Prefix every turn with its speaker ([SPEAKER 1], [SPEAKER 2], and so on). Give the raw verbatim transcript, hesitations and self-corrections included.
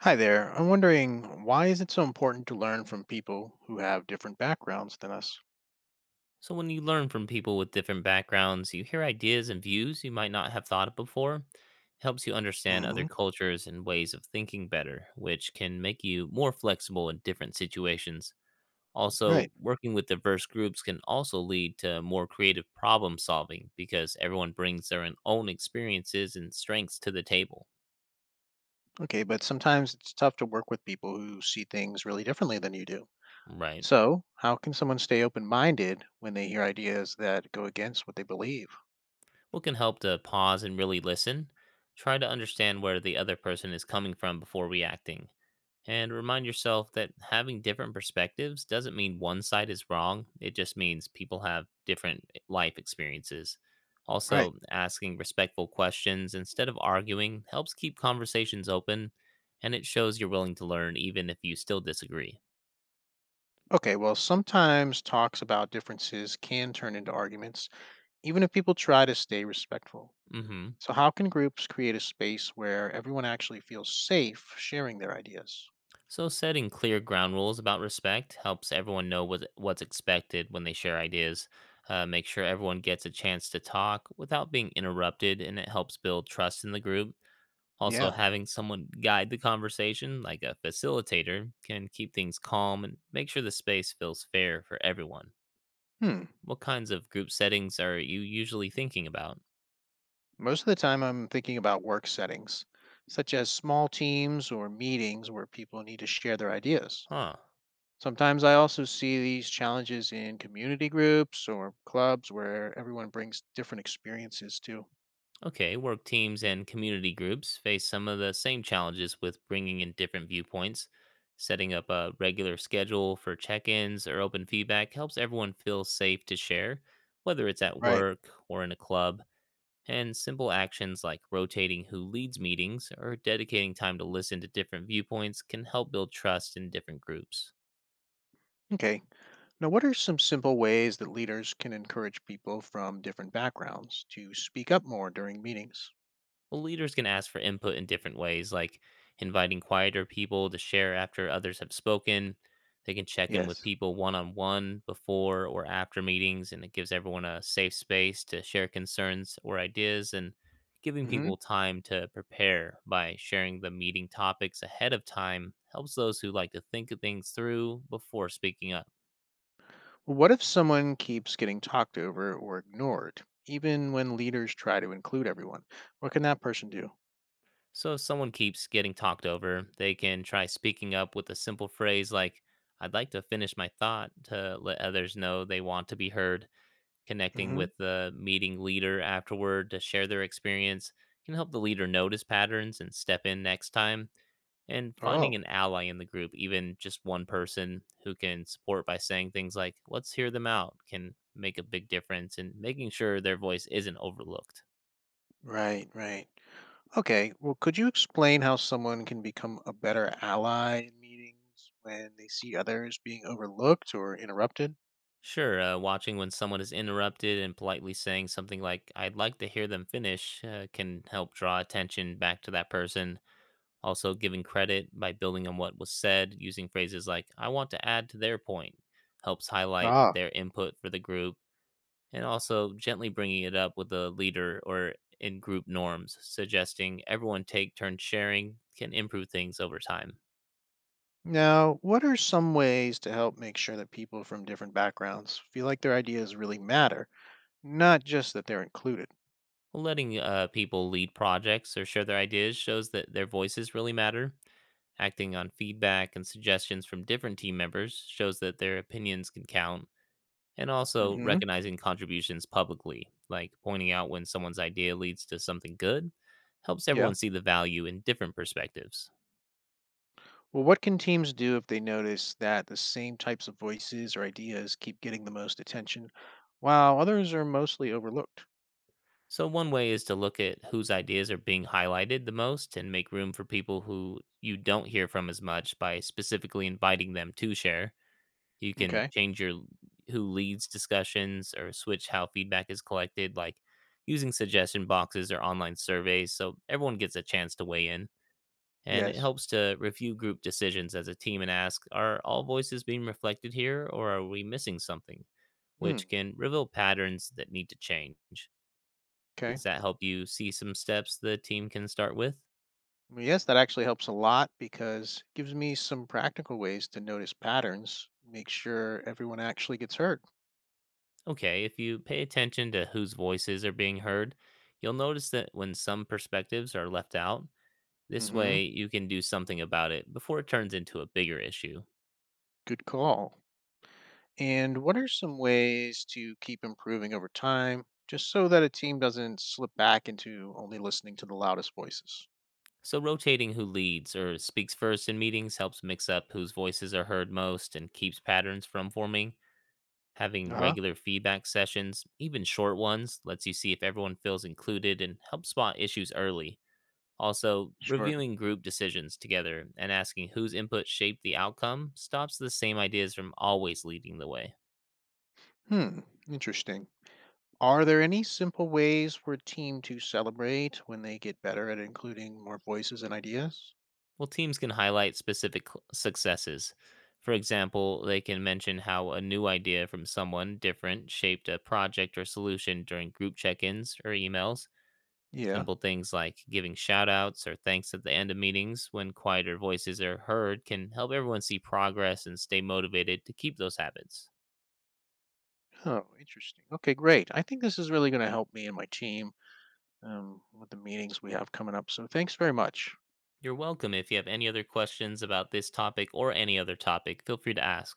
[SPEAKER 1] Hi there. I'm wondering, why is it so important to learn from people who have different backgrounds than us?
[SPEAKER 2] So, when you learn from people with different backgrounds, you hear ideas and views you might not have thought of before. It helps you understand other
[SPEAKER 1] Hmm.
[SPEAKER 2] cultures and ways of thinking better, which can make you more flexible in different situations. Also,
[SPEAKER 1] Right.
[SPEAKER 2] working with diverse groups can also lead to more creative problem solving because everyone brings their own own experiences and strengths to the table.
[SPEAKER 1] Okay, but sometimes it's tough to work with people who see things really differently than you do.
[SPEAKER 2] Right.
[SPEAKER 1] So, how can someone stay open minded when they hear ideas that go against what they believe?
[SPEAKER 2] What can help to pause and really listen? Try to understand where the other person is coming from before reacting. And remind yourself that having different perspectives doesn't mean one side is wrong. It just means people have different eh, life experiences.
[SPEAKER 1] Right.
[SPEAKER 2] Also, asking respectful questions instead of arguing helps keep conversations open, and it shows you're willing to learn even if you still disagree.
[SPEAKER 1] Okay, well, sometimes talks about differences can turn into arguments, even if people try to stay respectful.
[SPEAKER 2] Hmm.
[SPEAKER 1] So, how can groups create a space where everyone actually feels safe sharing their ideas?
[SPEAKER 2] So, setting clear ground rules about respect helps everyone know what, what's expected when they share ideas. Uh, make sure everyone gets a chance to talk without being interrupted, and it helps build trust in the group. Also,
[SPEAKER 1] Yeah.
[SPEAKER 2] having someone guide the conversation, like a facilitator, can keep things calm and make sure the space feels fair for everyone.
[SPEAKER 1] Hmm.
[SPEAKER 2] What kinds of group settings are you usually thinking about?
[SPEAKER 1] Most of the time, I'm thinking about work settings, such as small teams or meetings where people need to share their ideas.
[SPEAKER 2] Huh.
[SPEAKER 1] Sometimes I also see these challenges in community groups or clubs where everyone brings different experiences too.
[SPEAKER 2] Okay, work teams and community groups face some of the same challenges with bringing in different viewpoints. Setting up a regular schedule for check ins or open feedback helps everyone feel safe to share, whether it's at
[SPEAKER 1] Right.
[SPEAKER 2] work or in a club. And simple actions like rotating who leads meetings or dedicating time to listen to different viewpoints can help build trust in different groups.
[SPEAKER 1] Okay. Now, what are some simple ways that leaders can encourage people from different backgrounds to speak up more during meetings?
[SPEAKER 2] Well, leaders can ask for input in different ways, like inviting quieter people to share after others have spoken. They can check in with
[SPEAKER 1] Yes.
[SPEAKER 2] people one on one before or after meetings, and it gives everyone a safe space to share concerns or ideas. And giving
[SPEAKER 1] Hmm.
[SPEAKER 2] people time to prepare by sharing the meeting topics ahead of time helps those who like to think of things through before speaking up.
[SPEAKER 1] What if someone keeps getting talked over or ignored, even when leaders try to include everyone? What can that person do?
[SPEAKER 2] So if someone keeps getting talked over, they can try speaking up with a simple phrase like, I'd like to finish my thought, to let others know they want to be heard. Connecting
[SPEAKER 1] Hmm.
[SPEAKER 2] with the meeting leader afterward to share their experience can help the leader notice patterns and step in next time. And finding
[SPEAKER 1] Oh,
[SPEAKER 2] an ally in the group, even just one person who can support by saying things like, let's hear them out, can make a big difference in making sure their voice isn't overlooked.
[SPEAKER 1] right, right. Okay, well, could you explain how someone can become a better ally in meetings when they see others being overlooked or interrupted?
[SPEAKER 2] Sure, uh, watching when someone is interrupted and politely saying something like, I'd like to hear them finish, uh, can help draw attention back to that person. Also, giving credit by building on what was said, using phrases like, I want to add to their point, helps highlight
[SPEAKER 1] Ah.
[SPEAKER 2] their input for the group. And also, gently bringing it up with the leader or in group norms, suggesting everyone take turns sharing can improve things over time.
[SPEAKER 1] Now, what are some ways to help make sure that people from different backgrounds feel like their ideas really matter, not just that they're included?
[SPEAKER 2] Letting uh, people lead projects or share their ideas shows that their voices really matter. Acting on feedback and suggestions from different team members shows that their opinions can count, and also
[SPEAKER 1] Hmm.
[SPEAKER 2] recognizing contributions publicly, like pointing out when someone's idea leads to something good, helps
[SPEAKER 1] Yeah.
[SPEAKER 2] everyone see the value in different perspectives.
[SPEAKER 1] Well, what can teams do if they notice that the same types of voices or ideas keep getting the most attention, while others are mostly overlooked?
[SPEAKER 2] So, one way is to look at whose ideas are being highlighted the most and make room for people who you don't hear from as much by specifically inviting them to share. You can
[SPEAKER 1] Okay.
[SPEAKER 2] change your who leads discussions, or switch how feedback is collected, like using suggestion boxes or online surveys so everyone gets a chance to weigh in. And it
[SPEAKER 1] Yes.
[SPEAKER 2] helps to review group decisions as a team and ask, are all voices being reflected here or are we missing something?
[SPEAKER 1] Hmm.
[SPEAKER 2] Which can reveal patterns that need to change.
[SPEAKER 1] Okay.
[SPEAKER 2] Does that help you see some steps the team can start with?
[SPEAKER 1] Well, yes, that actually helps a lot because it gives me some practical ways to notice patterns, make sure everyone actually gets heard.
[SPEAKER 2] Okay, if you pay attention to whose voices are being heard, you'll notice that when some perspectives are left out.
[SPEAKER 1] Mm
[SPEAKER 2] This
[SPEAKER 1] hmm
[SPEAKER 2] way, you can do something about it before it turns into a bigger issue.
[SPEAKER 1] Good call. And what are some ways to keep improving over time, just so that a team doesn't slip back into only listening to the loudest voices?
[SPEAKER 2] So, rotating who leads or speaks first in meetings helps mix up whose voices are heard most and keeps patterns from forming.
[SPEAKER 1] Uh
[SPEAKER 2] Having
[SPEAKER 1] huh.
[SPEAKER 2] regular feedback sessions, even short ones, lets you see if everyone feels included and helps spot issues early. Also,
[SPEAKER 1] Sure.
[SPEAKER 2] reviewing group decisions together and asking whose input shaped the outcome stops the same ideas from always leading the way.
[SPEAKER 1] Hmm, interesting. Are there any simple ways for a team to celebrate when they get better at including more voices and ideas?
[SPEAKER 2] Well, teams can highlight specific cl- successes. For example, they can mention how a new idea from someone different shaped a project or solution during group check ins or emails.
[SPEAKER 1] Yeah.
[SPEAKER 2] Simple things like giving shout outs or thanks at the end of meetings when quieter voices are heard can help everyone see progress and stay motivated to keep those habits.
[SPEAKER 1] Oh, interesting. Okay, great. I think this is really going to help me and my team um, with the meetings we have coming up. So thanks very much.
[SPEAKER 2] You're welcome. If you have any other questions about this topic or any other topic, feel free to ask.